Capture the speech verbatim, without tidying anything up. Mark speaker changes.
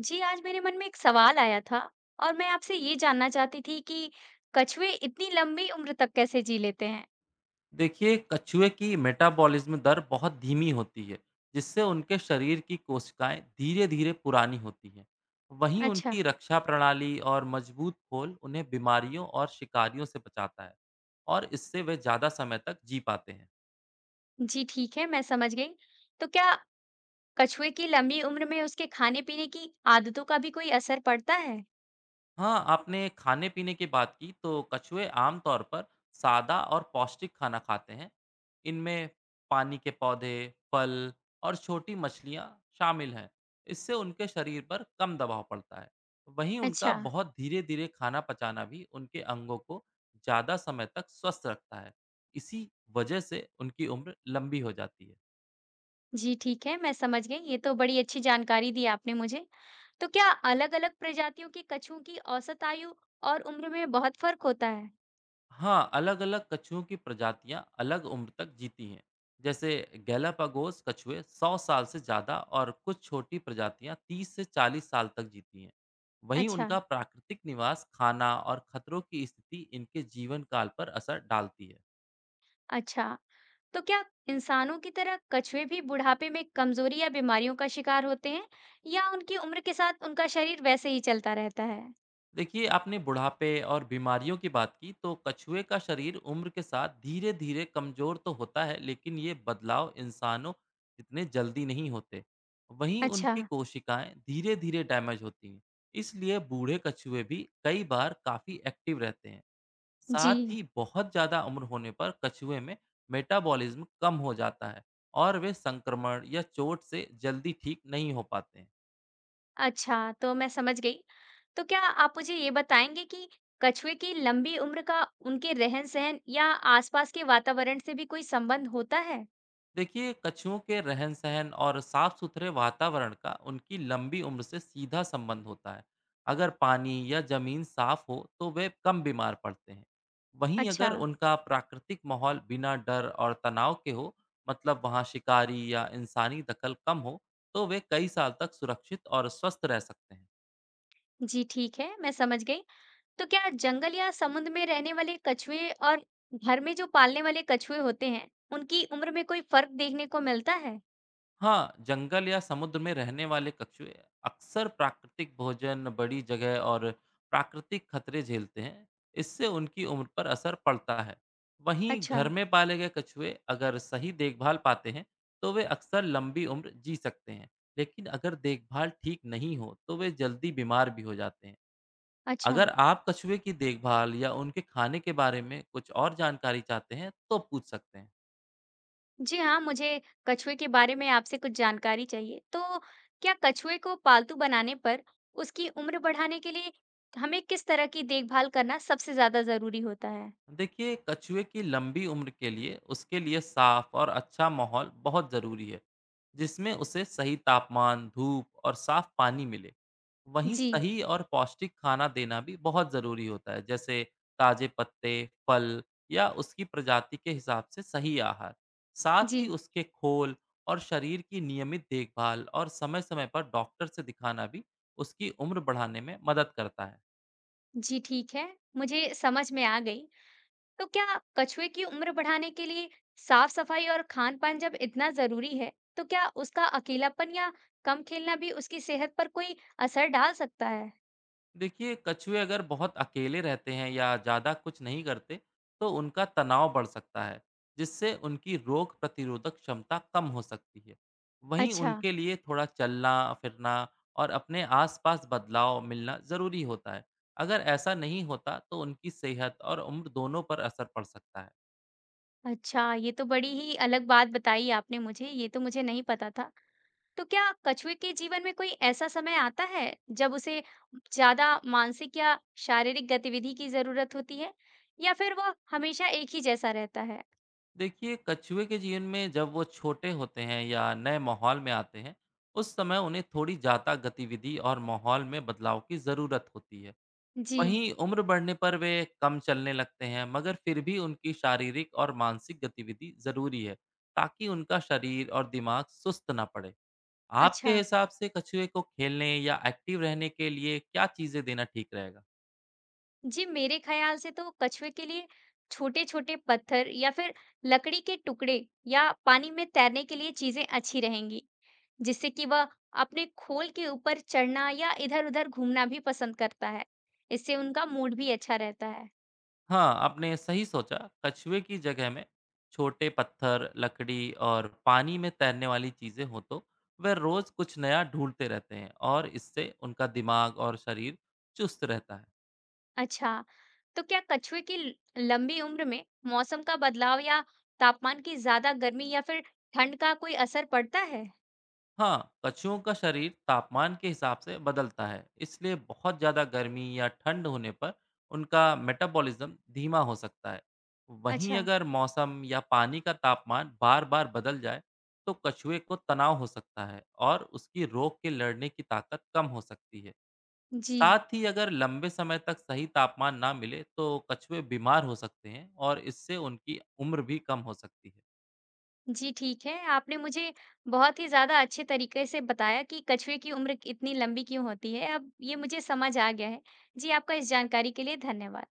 Speaker 1: जी, आज मेरे मन में एक सवाल आया था और मैं आपसे ये जानना चाहती थी कि कछुए इतनी लंबी उम्र तक कैसे जी लेते हैं?
Speaker 2: देखिए कछुए की मेटाबॉलिज्म दर बहुत धीमी होती है, जिससे उनके शरीर की कोशिकाएं धीरे धीरे पुरानी होती हैं। वहीं
Speaker 1: अच्छा,
Speaker 2: उनकी रक्षा प्रणाली और मजबूत खोल उन्हें बीमारियों और शिकारियों से बचाता है, और इससे वे ज़्यादा समय तक जी पाते हैं।
Speaker 1: जी ठीक है, मैं समझ गई। तो क्या कछुए की लंबी उम्र में उसके खाने-पीने की आदतों का भी कोई असर पड़ता है?
Speaker 2: हाँ, आपने खाने-पीने की बात की, तो कछुए आम तौर पर सादा और पौष्टिक खाना खाते हैं। इनमें पानी के पौधे, फल और छोटी मछलियाँ शामिल हैं। इससे उनके शरीर पर कम दबाव पड़ता है। वहीं उनका
Speaker 1: अच्छा,
Speaker 2: बहुत धीरे-धीरे खाना पचाना भी उनके अंगों को ज़्यादा समय तक स्वस्थ रखता है। इसी वजह से उनकी उम्र लंबी हो जाती है।
Speaker 1: जी ठीक है, मैं समझ गई। ये तो बड़ी अच्छी जानकारी दी आपने मुझे। तो क्या अलग-अलग प्रजातियों के कछुओं की औसत आयु और उम्र में बहुत फर्क होता है?
Speaker 2: हाँ, अलग-अलग कछुओं की प्रजातियाँ अलग उम्र तक जीती हैं। जैसे गैलापागोस कछुए सौ साल से ज़्यादा और कुछ छोटी प्रजातियाँ तीस से चालीस साल तक जीती हैं। वहीं
Speaker 1: अच्छा,
Speaker 2: उनका प्राकृतिक निवास, खाना और खतरों की स्थिति इनके जीवन काल पर असर डालती है।
Speaker 1: अच्छा। तो क्या इंसानों की तरह कछुए भी बुढ़ापे में कमजोरी या बीमारियों का शिकार होते हैं, या उनकी उम्र के साथ उनका शरीर वैसे ही चलता रहता है?
Speaker 2: देखिए, आपने बुढ़ापे और बीमारियों की बात की, तो कछुए का शरीर उम्र के साथ धीरे धीरे कमजोर तो होता है, लेकिन ये बदलाव इंसानों जितने जल्दी नहीं होते। वहीं
Speaker 1: अच्छा।
Speaker 2: उनकी कोशिकाएं धीरे धीरे डैमेज होती हैं, इसलिए बूढ़े कछुए भी कई बार काफी एक्टिव रहते हैं।
Speaker 1: जी।
Speaker 2: साथ ही बहुत ज्यादा उम्र होने पर कछुए में मेटाबॉलिज्म कम हो जाता है और वे संक्रमण या चोट से जल्दी ठीक नहीं हो पाते हैं।
Speaker 1: अच्छा, तो मैं समझ गई। तो क्या आप मुझे ये बताएंगे कि कछुए की लंबी उम्र का उनके रहन-सहन या आसपास के वातावरण से भी कोई संबंध होता है?
Speaker 2: देखिए, कछुओं के रहन सहन और साफ सुथरे वातावरण का उनकी लंबी उम्र से सीधा संबंध होता है। अगर पानी या जमीन साफ हो तो वे कम बीमार पड़ते हैं। वहीं
Speaker 1: अच्छा।
Speaker 2: अगर उनका प्राकृतिक माहौल बिना डर और तनाव के हो, मतलब वहाँ शिकारी या इंसानी दखल कम हो, तो वे कई साल तक सुरक्षित और स्वस्थ रह सकते हैं।
Speaker 1: जी ठीक है, मैं समझ गई। तो क्या जंगल या समुद्र में रहने वाले कछुए और घर में जो पालने वाले कछुए होते हैं, उनकी उम्र में कोई फर्क देखने को मिलता है?
Speaker 2: हाँ, जंगल या समुद्र में रहने वाले कछुए अक्सर प्राकृतिक भोजन, बड़ी जगह और प्राकृतिक खतरे झेलते हैं। इससे उनकी उम्र पर असर पड़ता है। वहीं
Speaker 1: अच्छा,
Speaker 2: घर में पाले गए कछुए अगर सही देखभाल पाते हैं, तो वे अक्सर लंबी उम्र जी सकते हैं। लेकिन अगर देखभाल ठीक नहीं हो, तो वे जल्दी बीमार भी हो जाते हैं।
Speaker 1: अच्छा।
Speaker 2: अगर आप कछुए की देखभाल या उनके खाने के बारे में कुछ और जानकारी चाहते हैं, तो पूछ सकते हैं।
Speaker 1: जी हाँ, मुझे कछुए के बारे में आपसे कुछ जानकारी चाहिए। तो क्या कछुए को पालतू बनाने पर उसकी उम्र बढ़ाने के लिए हमें किस तरह की देखभाल करना सबसे ज्यादा जरूरी होता है?
Speaker 2: देखिए, कछुए की लंबी उम्र के लिए उसके लिए साफ और अच्छा माहौल बहुत ज़रूरी है, जिसमें उसे सही तापमान, धूप और साफ पानी मिले। वहीं
Speaker 1: जी।
Speaker 2: सही और पौष्टिक खाना देना भी बहुत ज़रूरी होता है, जैसे ताजे पत्ते, फल या उसकी प्रजाति के हिसाब से सही आहार। साथ ही
Speaker 1: जी।
Speaker 2: उसके खोल और शरीर की नियमित देखभाल और समय समय पर डॉक्टर से दिखाना भी उसकी उम्र बढ़ाने में मदद करता है।
Speaker 1: जी ठीक है, मुझे समझ में आ गई। तो क्या कछुए की उम्र बढ़ाने के लिए साफ सफाई और खान पान जब इतना जरूरी है, तो क्या उसका अकेलापन या कम खेलना भी उसकी सेहत पर कोई असर डाल सकता है?
Speaker 2: देखिए, कछुए अगर बहुत अकेले रहते हैं या ज़्यादा कुछ नहीं करते, तो उनका तनाव बढ़ सकता है, जिससे उनकी रोग प्रतिरोधक क्षमता कम हो सकती है। वहीं
Speaker 1: अच्छा,
Speaker 2: उनके लिए थोड़ा चलना, फिरना और अपने आसपास बदलाव मिलना ज़रूरी होता है। अगर ऐसा नहीं होता तो उनकी सेहत और उम्र दोनों पर असर पड़ सकता है।
Speaker 1: अच्छा, ये तो बड़ी ही अलग बात बताई आपने मुझे, ये तो मुझे नहीं पता था। तो क्या कछुए के जीवन में कोई ऐसा समय आता है जब उसे ज्यादा मानसिक या शारीरिक गतिविधि की जरूरत होती है, या फिर वह हमेशा एक ही जैसा रहता है?
Speaker 2: देखिए, कछुए के जीवन में जब वो छोटे होते हैं या नए माहौल में आते हैं, उस समय उन्हें थोड़ी ज़्यादा गतिविधि और माहौल में बदलाव की ज़रूरत होती है।
Speaker 1: जी।
Speaker 2: वहीं उम्र बढ़ने पर वे कम चलने लगते हैं, मगर फिर भी उनकी शारीरिक और मानसिक गतिविधि जरूरी है, ताकि उनका शरीर और दिमाग सुस्त ना पड़े। आपके
Speaker 1: अच्छा।
Speaker 2: हिसाब से कछुए को खेलने या एक्टिव रहने के लिए क्या चीजें देना ठीक रहेगा?
Speaker 1: जी, मेरे ख़्याल से तो कछुए के लिए छोटे-छोटे पत्थर या फिर लकड़ी के टुकड़े या पानी में तैरने के लिए चीज़ें अच्छी रहेंगी, जिससे कि वह अपने खोल के ऊपर चढ़ना या इधर-उधर घूमना भी पसंद करता है। इससे उनका मूड भी अच्छा रहता है।
Speaker 2: हाँ, आपने सही सोचा। कछुए की जगह में छोटे पत्थर, लकड़ी और पानी में तैरने वाली चीजें हो तो वे रोज कुछ नया ढूंढते रहते हैं और इससे उनका दिमाग और शरीर चुस्त रहता है।
Speaker 1: अच्छा, तो क्या कछुए की ल लंबी उम्र में मौसम का बदलाव या तापमान की ज़्यादा गर्मी या फिर ठंड का कोई असर पड़ता है?
Speaker 2: हाँ, कछुओं का शरीर तापमान के हिसाब से बदलता है, इसलिए बहुत ज़्यादा गर्मी या ठंड होने पर उनका मेटाबॉलिज्म धीमा हो सकता है। वहीं
Speaker 1: अच्छा।
Speaker 2: अगर मौसम या पानी का तापमान बार बार बदल जाए, तो कछुए को तनाव हो सकता है और उसकी रोग के लड़ने की ताकत कम हो सकती है।
Speaker 1: जी।
Speaker 2: साथ ही अगर लंबे समय तक सही तापमान ना मिले तो कछुए बीमार हो सकते हैं और इससे उनकी उम्र भी कम हो सकती है।
Speaker 1: जी, ठीक है। आपने मुझे बहुत ही ज़्यादा अच्छे तरीके से बताया कि कछुए की उम्र इतनी लंबी क्यों होती है, अब ये मुझे समझ आ गया है। जी, आपका इस जानकारी के लिए धन्यवाद।